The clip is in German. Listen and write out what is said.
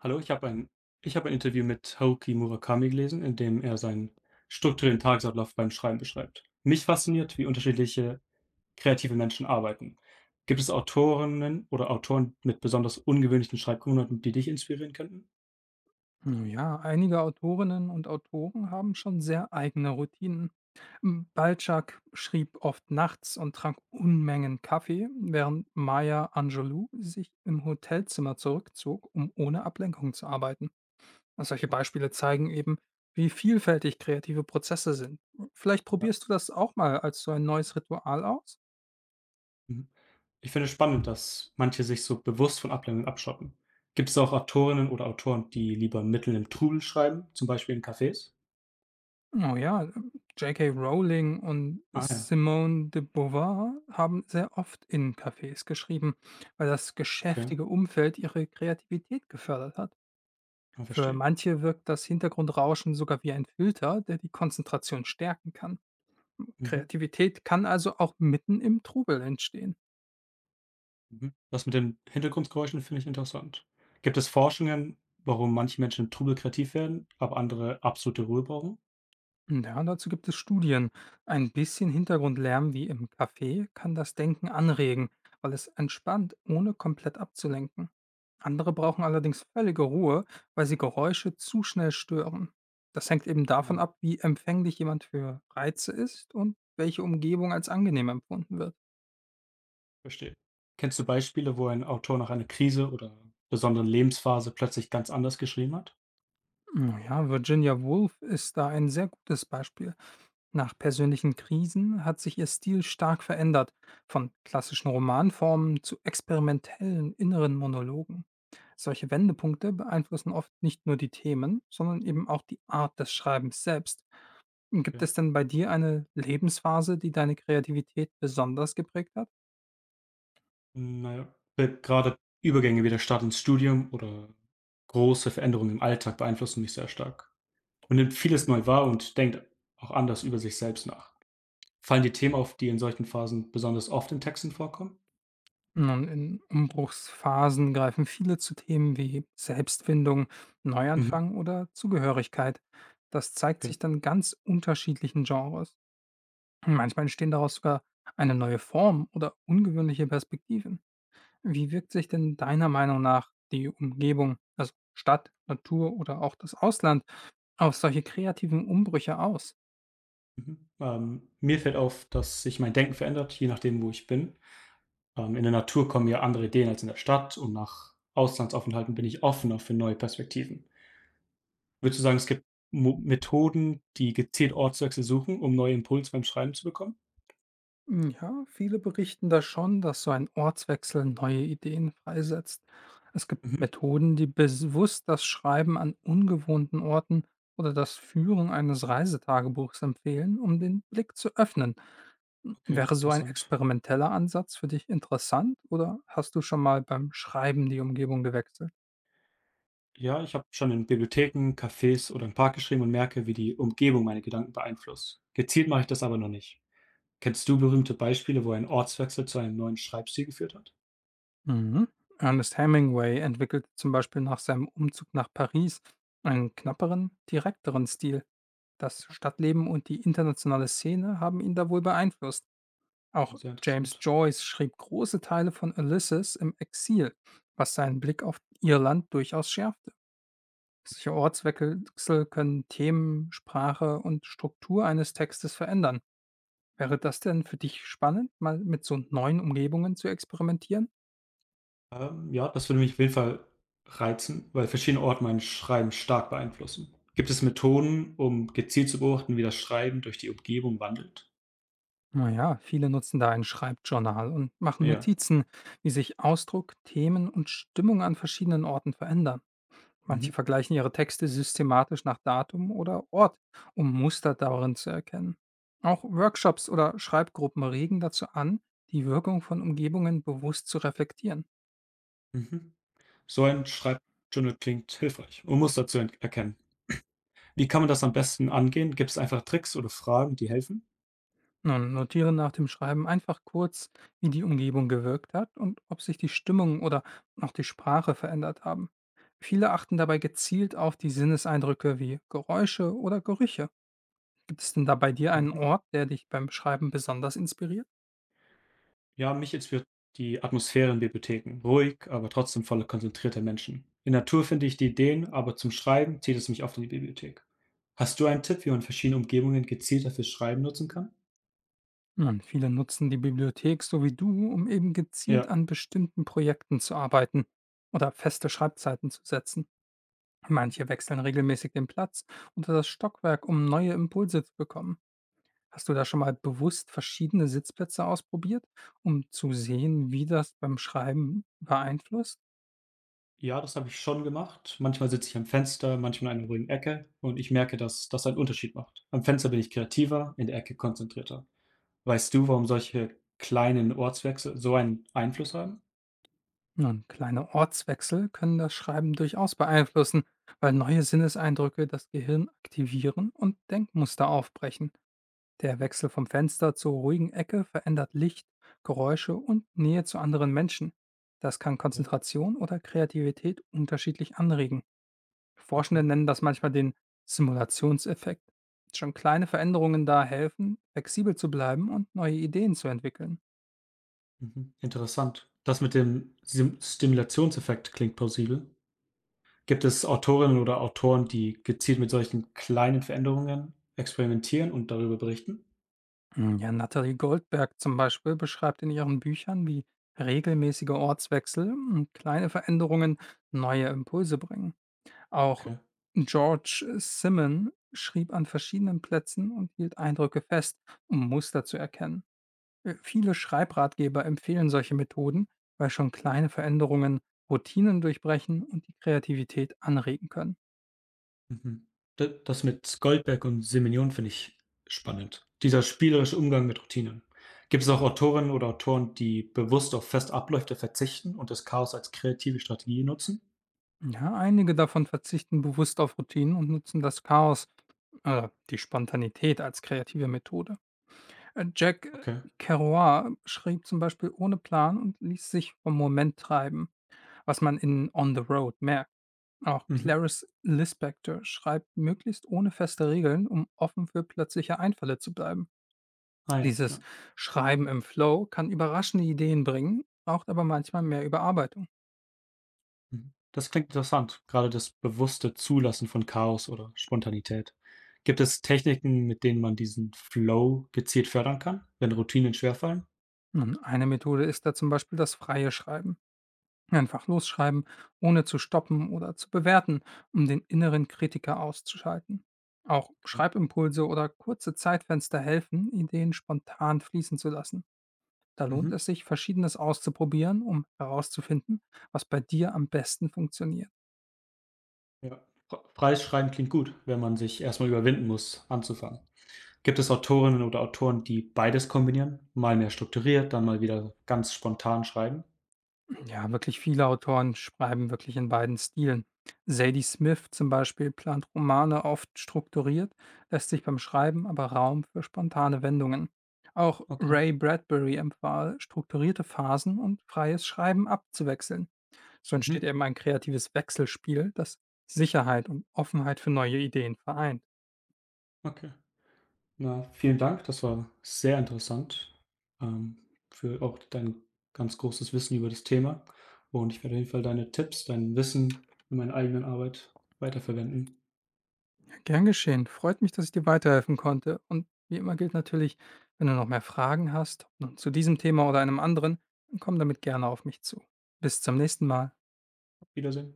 Hallo, ich habe ein Interview mit Haruki Murakami gelesen, in dem er seinen strukturierten Tagesablauf beim Schreiben beschreibt. Mich fasziniert, wie unterschiedliche kreative Menschen arbeiten. Gibt es Autorinnen oder Autoren mit besonders ungewöhnlichen Schreibgewohnheiten, die dich inspirieren könnten? Nun ja, einige Autorinnen und Autoren haben schon sehr eigene Routinen. Balzac schrieb oft nachts und trank Unmengen Kaffee, während Maya Angelou sich im Hotelzimmer zurückzog, um ohne Ablenkung zu arbeiten. Und solche Okay, Beispiele zeigen eben, wie vielfältig kreative Prozesse sind. Vielleicht ja. probierst du das auch mal als so ein neues Ritual aus? Mhm. Ich finde es spannend, dass manche sich so bewusst von Ablehnung abschotten. Gibt es auch Autorinnen oder Autoren, die lieber mitten im Trubel schreiben, zum Beispiel in Cafés? Oh ja, J.K. Rowling und Ah ja, Simone de Beauvoir haben sehr oft in Cafés geschrieben, weil das okay, geschäftige Umfeld ihre Kreativität gefördert hat. ja, Für verstehe. manche wirkt das Hintergrundrauschen sogar wie ein Filter, der die Konzentration stärken kann. Mhm. Kreativität kann also auch mitten im Trubel entstehen. Mhm. Das mit den Hintergrundgeräuschen finde ich interessant. Gibt es Forschungen, warum manche Menschen im Trubel kreativ werden, aber andere absolute Ruhe brauchen? Ja, dazu gibt es Studien. Ein bisschen Hintergrundlärm wie im Café kann das Denken anregen, weil es entspannt, ohne komplett abzulenken. Andere brauchen allerdings völlige Ruhe, weil sie Geräusche zu schnell stören. Das hängt eben Ah davon ja, ab, wie empfänglich jemand für Reize ist und welche Umgebung als angenehm empfunden wird. verstehe. Kennst du Beispiele, wo ein Autor nach einer Krise oder besonderen Lebensphase plötzlich ganz anders geschrieben hat? Ja, Virginia Woolf ist da ein sehr gutes Beispiel. Nach persönlichen Krisen hat sich ihr Stil stark verändert, von klassischen Romanformen zu experimentellen inneren Monologen. Solche Wendepunkte beeinflussen oft nicht nur die Themen, sondern eben auch die Art des Schreibens selbst. Gibt Okay. es denn bei dir eine Lebensphase, die deine Kreativität besonders geprägt hat? Naja, weil gerade Übergänge wie der Start ins Studium oder große Veränderungen im Alltag beeinflussen mich sehr stark. Man nimmt vieles neu wahr und denkt auch anders über sich selbst nach. Fallen dir Themen auf, die in solchen Phasen besonders oft in Texten vorkommen? Nun, in Umbruchsphasen greifen viele zu Themen wie Selbstfindung, Mhm, Neuanfang oder Zugehörigkeit. Das zeigt okay. sich dann ganz unterschiedlichen Genres. Manchmal entstehen daraus sogar eine neue Form oder ungewöhnliche Perspektiven. Wie wirkt sich denn deiner Meinung nach die Umgebung, also Stadt, Natur oder auch das Ausland, auf solche kreativen Umbrüche aus? Mhm. Mir fällt auf, dass sich mein Denken verändert, je nachdem, wo ich bin. In der Natur kommen mir andere Ideen als in der Stadt, und nach Auslandsaufenthalten bin ich offener für neue Perspektiven. Würdest du sagen, es gibt Mo Methoden, die gezielt Ortswechsel suchen, um neue Impulse beim Schreiben zu bekommen? Hm, ja, viele berichten da schon, dass so ein Ortswechsel neue Ideen freisetzt. Es gibt Mhm, Methoden, die bewusst das Schreiben an ungewohnten Orten oder das Führen eines Reisetagebuchs empfehlen, um den Blick zu öffnen. Hm, okay, wäre so ein interessant. experimenteller Ansatz für dich interessant oder hast du schon mal beim Schreiben die Umgebung gewechselt? Ja, ich habe schon in Bibliotheken, Cafés oder im Park geschrieben und merke, wie die Umgebung meine Gedanken beeinflusst. Gezielt mache ich das aber noch nicht. Kennst du berühmte Beispiele, wo ein Ortswechsel zu einem neuen Schreibstil geführt hat? Mhm. Ernest Hemingway entwickelte zum Beispiel nach seinem Umzug nach Paris einen knapperen, direkteren Stil. Das Stadtleben und die internationale Szene haben ihn da wohl beeinflusst. Auch Sehr James interessant. Joyce schrieb große Teile von Ulysses im Exil, was seinen Blick auf Irland durchaus schärfte. Solche Mhm. Ortswechsel können Themen, Sprache und Struktur eines Textes verändern. Wäre das denn für dich spannend, mal mit so neuen Umgebungen zu experimentieren? Ja, das würde mich auf jeden Fall reizen, weil verschiedene Orte mein Schreiben stark beeinflussen. Gibt es Methoden, um gezielt zu beobachten, wie das Schreiben durch die Umgebung wandelt? Naja, viele nutzen da ein Schreibjournal und machen Ja. Notizen, wie sich Ausdruck, Themen und Stimmung an verschiedenen Orten verändern. Manche Mhm. vergleichen ihre Texte systematisch nach Datum oder Ort, um Muster darin zu erkennen. Auch Workshops oder Schreibgruppen regen dazu an, die Wirkung von Umgebungen bewusst zu reflektieren. Mhm. So ein Schreibjournal klingt hilfreich, und Muster zu erkennen. Wie kann man das am besten angehen? Gibt es einfach Tricks oder Fragen, die helfen? Nun, notiere nach dem Schreiben einfach kurz, wie die Umgebung gewirkt hat und ob sich die Stimmung oder auch die Sprache verändert haben. Viele achten dabei gezielt auf die Sinneseindrücke wie Geräusche oder Gerüche. Gibt es denn da bei dir einen Mhm. Ort, der dich beim Schreiben besonders inspiriert? Ja, mich inspiriert die Atmosphäre in Bibliotheken. Ruhig, aber trotzdem voller konzentrierter Menschen. In Natur finde ich die Ideen, aber zum Schreiben zieht es mich oft in die Bibliothek. Hast du einen Tipp, wie man verschiedene Umgebungen gezielter fürs Schreiben nutzen kann? Nun, viele nutzen die Bibliothek so wie du, um eben gezielt Ja. an bestimmten Projekten zu arbeiten oder feste Schreibzeiten zu setzen. Manche wechseln regelmäßig den Platz oder das Stockwerk, um neue Impulse zu bekommen. Hast du da schon mal bewusst verschiedene Sitzplätze ausprobiert, um zu sehen, wie das beim Schreiben beeinflusst? Ja, das habe ich schon gemacht. Manchmal sitze ich am Fenster, manchmal in einer ruhigen Ecke, und ich merke, dass das einen Unterschied macht. Am Fenster bin ich kreativer, in der Ecke konzentrierter. Weißt du, warum solche kleinen Ortswechsel so einen Einfluss haben? Nun, kleine Ortswechsel können das Schreiben durchaus beeinflussen, weil neue Sinneseindrücke das Gehirn aktivieren und Denkmuster aufbrechen. Der Wechsel vom Fenster zur ruhigen Ecke verändert Licht, Geräusche und Nähe zu anderen Menschen. Das kann Konzentration oder Kreativität unterschiedlich anregen. Forschende Okay, nennen das manchmal den Simulationseffekt. Schon kleine Veränderungen da helfen, flexibel zu bleiben und neue Ideen zu entwickeln. mhm, interessant. Das mit dem Sim Stimulationseffekt klingt plausibel. Gibt es Autorinnen oder Autoren, die gezielt mit solchen kleinen Veränderungen experimentieren und darüber berichten? Hm, ja, Nathalie Goldberg zum Beispiel beschreibt in ihren Büchern, wie regelmäßige Ortswechsel und kleine Veränderungen neue Impulse bringen. Auch Okay. George Simon schrieb an verschiedenen Plätzen und hielt Eindrücke fest, um Muster zu erkennen. Viele Schreibratgeber empfehlen solche Methoden, weil schon kleine Veränderungen Routinen durchbrechen und die Kreativität anregen können. Mhm. D Das mit Goldberg und Semenion finde ich spannend. Dieser spielerische Umgang mit Routinen. Gibt es auch Autorinnen oder Autoren, die bewusst auf feste Abläufe verzichten und das Chaos als kreative Strategie nutzen? Ja, einige davon verzichten bewusst auf Routinen und nutzen das Chaos, die Spontanität als kreative Methode. Jack Okay. Kerouac schrieb zum Beispiel ohne Plan und ließ sich vom Moment treiben, was man in On the Road merkt. Auch Mhm. Clarice Lispector schreibt möglichst ohne feste Regeln, um offen für plötzliche Einfälle zu bleiben. Ah ja, Dieses ja. Schreiben im Flow kann überraschende Ideen bringen, braucht aber manchmal mehr Überarbeitung. Mhm. Das klingt interessant, gerade das bewusste Zulassen von Chaos oder Spontanität. Gibt es Techniken, mit denen man diesen Flow gezielt fördern kann, wenn Routinen schwerfallen? Nun, eine Methode ist da zum Beispiel das freie Schreiben. Einfach losschreiben, ohne zu stoppen oder zu bewerten, um den inneren Kritiker auszuschalten. Auch Okay. Schreibimpulse oder kurze Zeitfenster helfen, Ideen spontan fließen zu lassen. Da lohnt Mhm. es sich, Verschiedenes auszuprobieren, um herauszufinden, was bei dir am besten funktioniert. Ja. Freies Schreiben klingt gut, wenn man sich erstmal überwinden muss, anzufangen. Gibt es Autorinnen oder Autoren, die beides kombinieren? Mal mehr strukturiert, dann mal wieder ganz spontan schreiben? Ja, wirklich viele Autoren schreiben wirklich in beiden Stilen. Zadie Smith zum Beispiel plant Romane oft strukturiert, lässt sich beim Schreiben aber Raum für spontane Wendungen. Auch Okay. Ray Bradbury empfahl, strukturierte Phasen und freies Schreiben abzuwechseln. So entsteht Mhm. eben ein kreatives Wechselspiel, das Sicherheit und Offenheit für neue Ideen vereint. Okay. Na, vielen Dank. Das war sehr interessant, ähm, für auch dein ganz großes Wissen über das Thema. Und ich werde auf jeden Fall deine Tipps, dein Wissen in meiner eigenen Arbeit weiterverwenden. Gern geschehen. Freut mich, dass ich dir weiterhelfen konnte. Und wie immer gilt natürlich, wenn du noch mehr Fragen hast, nun zu diesem Thema oder einem anderen, dann komm damit gerne auf mich zu. Bis zum nächsten Mal. Auf Wiedersehen.